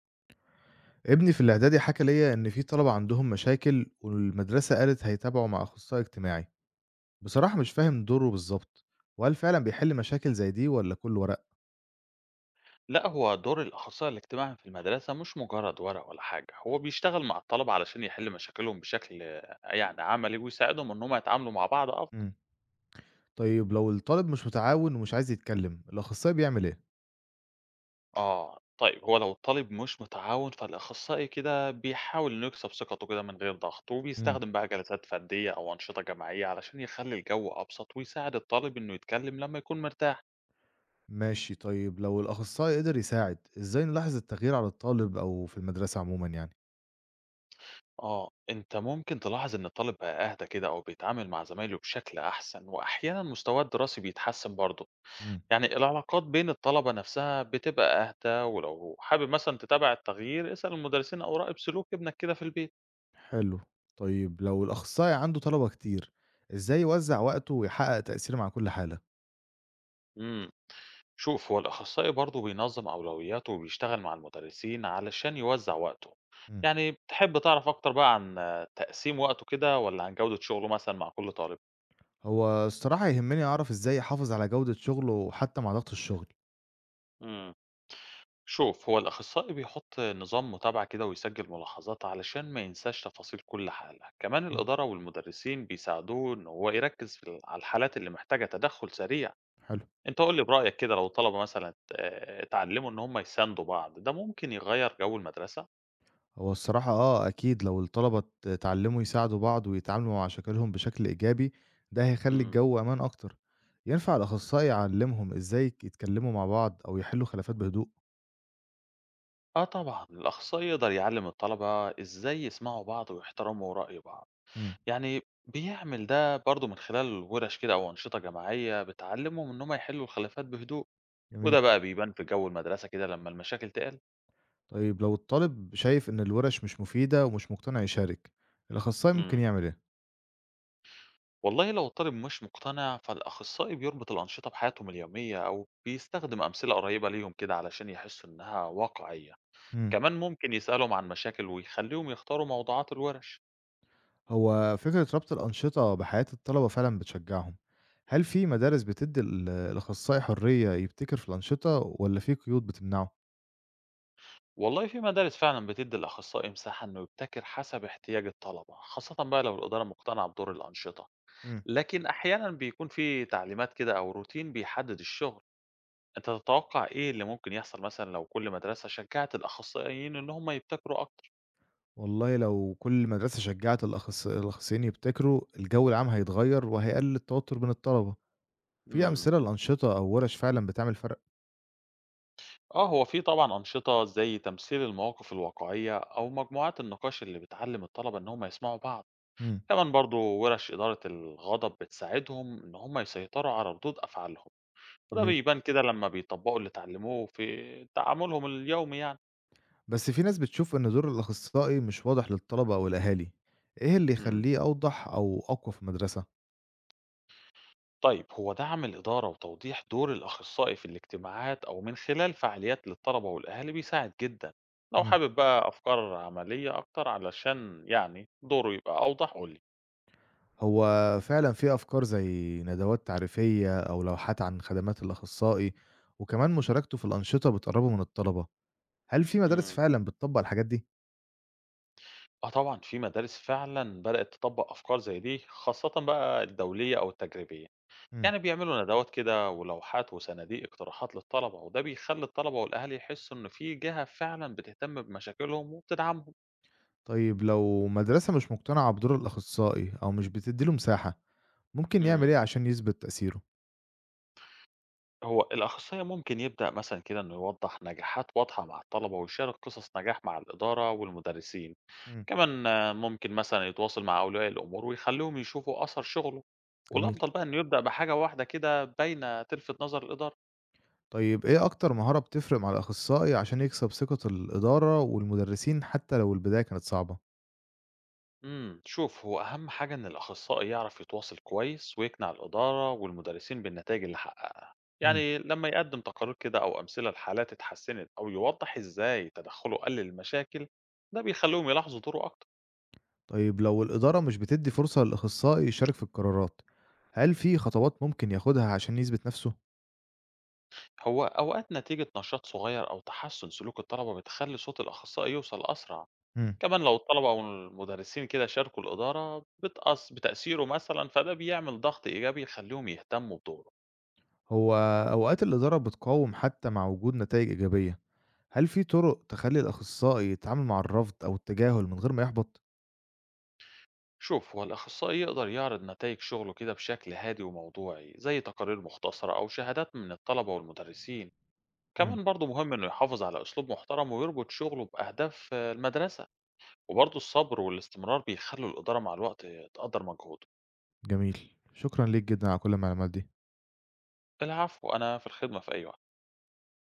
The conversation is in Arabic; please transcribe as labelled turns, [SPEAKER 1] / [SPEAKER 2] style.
[SPEAKER 1] ابني في الإعدادي حكى ليا إن في طلبة عندهم مشاكل، والمدرسة قالت هيتابعوا مع أخصائي اجتماعي. بصراحة مش فاهم دوره بالظبط، وهل فعلا بيحل مشاكل زي دي ولا كل ورق؟
[SPEAKER 2] لأ، هو دور الأخصائي الاجتماعي في المدرسة مش مجرد ورق ولا حاجة، هو بيشتغل مع الطلبة علشان يحل مشاكلهم بشكل يعني عملي ويساعدهم إن هم يتعاملوا مع بعض أفضل.
[SPEAKER 1] مم. طيب لو الطالب مش متعاون ومش عايز يتكلم، الأخصائي بيعمل إيه؟
[SPEAKER 2] طيب هو لو الطالب مش متعاون فالأخصائي كده بيحاول إنه يكسب ثقته كده من غير ضغط،
[SPEAKER 1] مم.
[SPEAKER 2] وبيستخدم بقى جلسات فردية أو أنشطة جماعية علشان يخلي الجو أبسط ويساعد الطالب إنه يتكلم لما يكون مرتاح.
[SPEAKER 1] ماشي، طيب لو الأخصائي قدر يساعد، إزاي نلاحظ التغيير على الطالب أو في المدرسة عموما يعني؟
[SPEAKER 2] أنت ممكن تلاحظ إن الطالب بقى أهدى كده أو بيتعامل مع زمايله بشكل أحسن، وأحيانا مستواه الدراسي بيتحسن برضه.
[SPEAKER 1] مم.
[SPEAKER 2] يعني العلاقات بين الطلبة نفسها بتبقى أهدى، ولو حابب مثلًا تتابع التغيير، اسأل المدرسين أو راقب سلوك ابنك كده في البيت.
[SPEAKER 1] حلو. طيب لو الأخصائي عنده طلبة كتير، إزاي يوزع وقته ويحقق تأثير مع كل حالة؟
[SPEAKER 2] امم. شوف هو الأخصائي برضه بينظم أولوياته وبيشتغل مع المدرسين علشان يوزع وقته.
[SPEAKER 1] مم.
[SPEAKER 2] يعني تحب تعرف أكتر بقى عن تقسيم وقته كده والّا عن جودة شغله مثلًا مع كل طالب؟
[SPEAKER 1] هو الصراحة يهمني أعرف إزاي أحافظ على جودة شغله حتى مع ضغط الشغل.
[SPEAKER 2] إمم. شوف، هو الأخصائي بيحط نظام متابعة كده ويسجل ملاحظات علشان ما ينساش تفاصيل كل حالة، كمان
[SPEAKER 1] مم.
[SPEAKER 2] الإدارة والمدرسين بيساعدوه إن هو يركّز في ال على الحالات اللي محتاجة تدخُّل سريع.
[SPEAKER 1] حلو.
[SPEAKER 2] أنت قُل لي برأيك كده لو الطلبة مثلًا اتعلّموا إن هم يساندوا بعض، ده ممكن يغيّر جو المدرسة؟
[SPEAKER 1] هو الصراحة آه أكيد، لو الطلبة اتعلموا يساعدوا بعض ويتعاملوا مع مشاكلهم بشكل إيجابي، ده هيخلي
[SPEAKER 2] إمم.
[SPEAKER 1] الجو أمان أكتر. ينفع الأخصائي يعلمهم إزاي يتكلموا مع بعض أو يحلوا خلافات بهدوء؟
[SPEAKER 2] آه طبعًا، الأخصائي يقدر يعلّم الطلبة إزاي يسمعوا بعض ويحترموا رأي بعض،
[SPEAKER 1] مم.
[SPEAKER 2] يعني بيعمل ده برضه من خلال ورش كده أو أنشطة جماعية بتعلّمهم إن هم يحلّوا الخلافات بهدوء. وده
[SPEAKER 1] جميل.
[SPEAKER 2] بقى بيبان في جو المدرسة كده لما المشاكل تقل.
[SPEAKER 1] طيب لو الطالب شايف إن الورش مش مفيدة ومش مقتنع يشارك، الأخصائي ممكن
[SPEAKER 2] امم
[SPEAKER 1] يعمل إيه؟
[SPEAKER 2] والله لو الطالب مش مقتنع فالأخصائي بيربط الأنشطة بحياتهم اليومية أو بيستخدم أمثلة قريبة ليهم كده علشان يحسوا إنها واقعية.
[SPEAKER 1] مم.
[SPEAKER 2] كمان ممكن يسألهم عن مشاكل ويخليهم يختاروا موضوعات الورش.
[SPEAKER 1] هو فكرة ربط الأنشطة بحياة الطلبة فعلا بتشجعهم. هل في مدارس بتدي الأخصائي حرية يبتكر في الأنشطة، ولا في قيود بتمنعه؟
[SPEAKER 2] والله في مدارس فعلا بتدي الأخصائي مساحة إنه يبتكر حسب احتياج الطلبة خاصة بقى لو الإدارة مقتنعة بدور الأنشطة.
[SPEAKER 1] مم.
[SPEAKER 2] لكن أحيانا بيكون في تعليمات كده أو روتين بيحدد الشغل. أنت تتوقع إيه اللي ممكن يحصل مثلًا لو كل مدرسة شجّعت الأخصائيين إن هم يبتكروا أكتر؟
[SPEAKER 1] والله لو كل مدرسة شجعت الأخصائيين يبتكروا، الجو العام هيتغير وهيقلل التوتر بين الطلبة. في
[SPEAKER 2] إمم.
[SPEAKER 1] أمثلة لأنشطة أو ورش فعلا بتعمل فرق؟
[SPEAKER 2] آه، هو في طبعًا أنشطة زي تمثيل المواقف الواقعية أو مجموعات النقاش اللي بتعلّم الطلبة إن هم يسمعوا بعض،
[SPEAKER 1] مم.
[SPEAKER 2] كمان برضه ورش إدارة الغضب بتساعدهم إن هم يسيطروا على ردود أفعالهم، وده
[SPEAKER 1] جميل.
[SPEAKER 2] بيبان كده لما بيطبّقوا اللي اتعلموه في تعاملهم اليومي يعني.
[SPEAKER 1] بس في ناس بتشوف إن دور الأخصائي مش واضح للطلبة أو الأهالي، إيه اللي
[SPEAKER 2] إمم.
[SPEAKER 1] يخليه أوضح أو أقوى في المدرسة؟
[SPEAKER 2] طيب هو دعم الإدارة وتوضيح دور الأخصائي في الاجتماعات أو من خلال فعاليات للطلبة والأهالي بيساعد جدا. لو حابب بقى أفكار عملية أكتر علشان يعني دوره يبقى أوضح قولي.
[SPEAKER 1] هو فعلًا في أفكار زي ندوات تعريفية أو لوحات عن خدمات الأخصائي، وكمان مشاركته في الأنشطة بتقرّبه من الطلبة. هل في مدارس
[SPEAKER 2] مم.
[SPEAKER 1] فعلًا بتطبّق الحاجات دي؟
[SPEAKER 2] اه طبعا في مدارس فعلا بدأت تطبق أفكار زي دي خاصة بقى الدولية أو التجريبية.
[SPEAKER 1] إمم.
[SPEAKER 2] يعني بيعملوا ندوات كده ولوحات وصناديق اقتراحات للطلبة وده بيخلي الطلبة والأهالي يحسوا إن في جهة فعلا بتهتم بمشاكلهم وبتدعمهم.
[SPEAKER 1] طيب لو مدرسة مش مقتنعة بدور الأخصائي أو مش بتدّي له مساحة، ممكن يعمل
[SPEAKER 2] مم.
[SPEAKER 1] إيه عشان يثبت تأثيره؟
[SPEAKER 2] هو الأخصائي ممكن يبدأ مثلا كده إنه يوضح نجاحات واضحة مع الطلبة ويشارك قصص نجاح مع الإدارة والمدرسين،
[SPEAKER 1] إمم.
[SPEAKER 2] كمان ممكن مثلا يتواصل مع أولياء الأمور ويخليهم يشوفوا أثر شغله،
[SPEAKER 1] جميل.
[SPEAKER 2] والأفضل بقى إنه يبدأ بحاجة واحدة كده باينة تلفت نظر الإدارة.
[SPEAKER 1] طيب إيه أكتر مهارة بتفرق مع الأخصائي عشان يكسب ثقة الإدارة والمدرسين حتى لو البداية كانت صعبة؟
[SPEAKER 2] شوف هو أهم حاجة إن الأخصائي يعرف يتواصل كويس ويقنع الإدارة والمدرسين بالنتائج اللي حققها،
[SPEAKER 1] إمم.
[SPEAKER 2] يعني لما يقدم تقارير كده أو أمثلة لحالات اتحسنت أو يوضح إزاي تدخله قلل المشاكل ده بيخليهم يلاحظوا دوره أكتر.
[SPEAKER 1] طيب لو الإدارة مش بتدي فرصة للأخصائي يشارك في القرارات، هل في خطوات ممكن ياخدها عشان يثبت نفسه؟
[SPEAKER 2] هو أوقات نتيجة نشاط صغير أو تحسن سلوك الطلبة بتخلي صوت الأخصائي يوصل أسرع.
[SPEAKER 1] مم.
[SPEAKER 2] كمان لو الطلبة أو المدرسين كده شاركوا الإدارة بتأثيره مثلا فده بيعمل ضغط إيجابي يخليهم يهتموا بدوره.
[SPEAKER 1] هو أوقات الإدارة بتقاوم حتى مع وجود نتائج إيجابية، هل في طرق تخلي الأخصائي يتعامل مع الرفض أو التجاهل من غير ما يحبط؟
[SPEAKER 2] شوف هو الأخصائي يقدر يعرض نتائج شغله كده بشكل هادي وموضوعي زي تقارير مختصرة أو شهادات من الطلبة والمدرسين.
[SPEAKER 1] مم.
[SPEAKER 2] كمان برضه مهم إنه يحافظ على أسلوب محترم ويربط شغله بأهداف المدرسة. وبرضه الصبر والاستمرار بيخلوا الإدارة مع الوقت تقدر مجهوده.
[SPEAKER 1] جميل، شكرا ليك جدا على كل المعلومات دي.
[SPEAKER 2] العفو، أنا في الخدمة في أي وقت.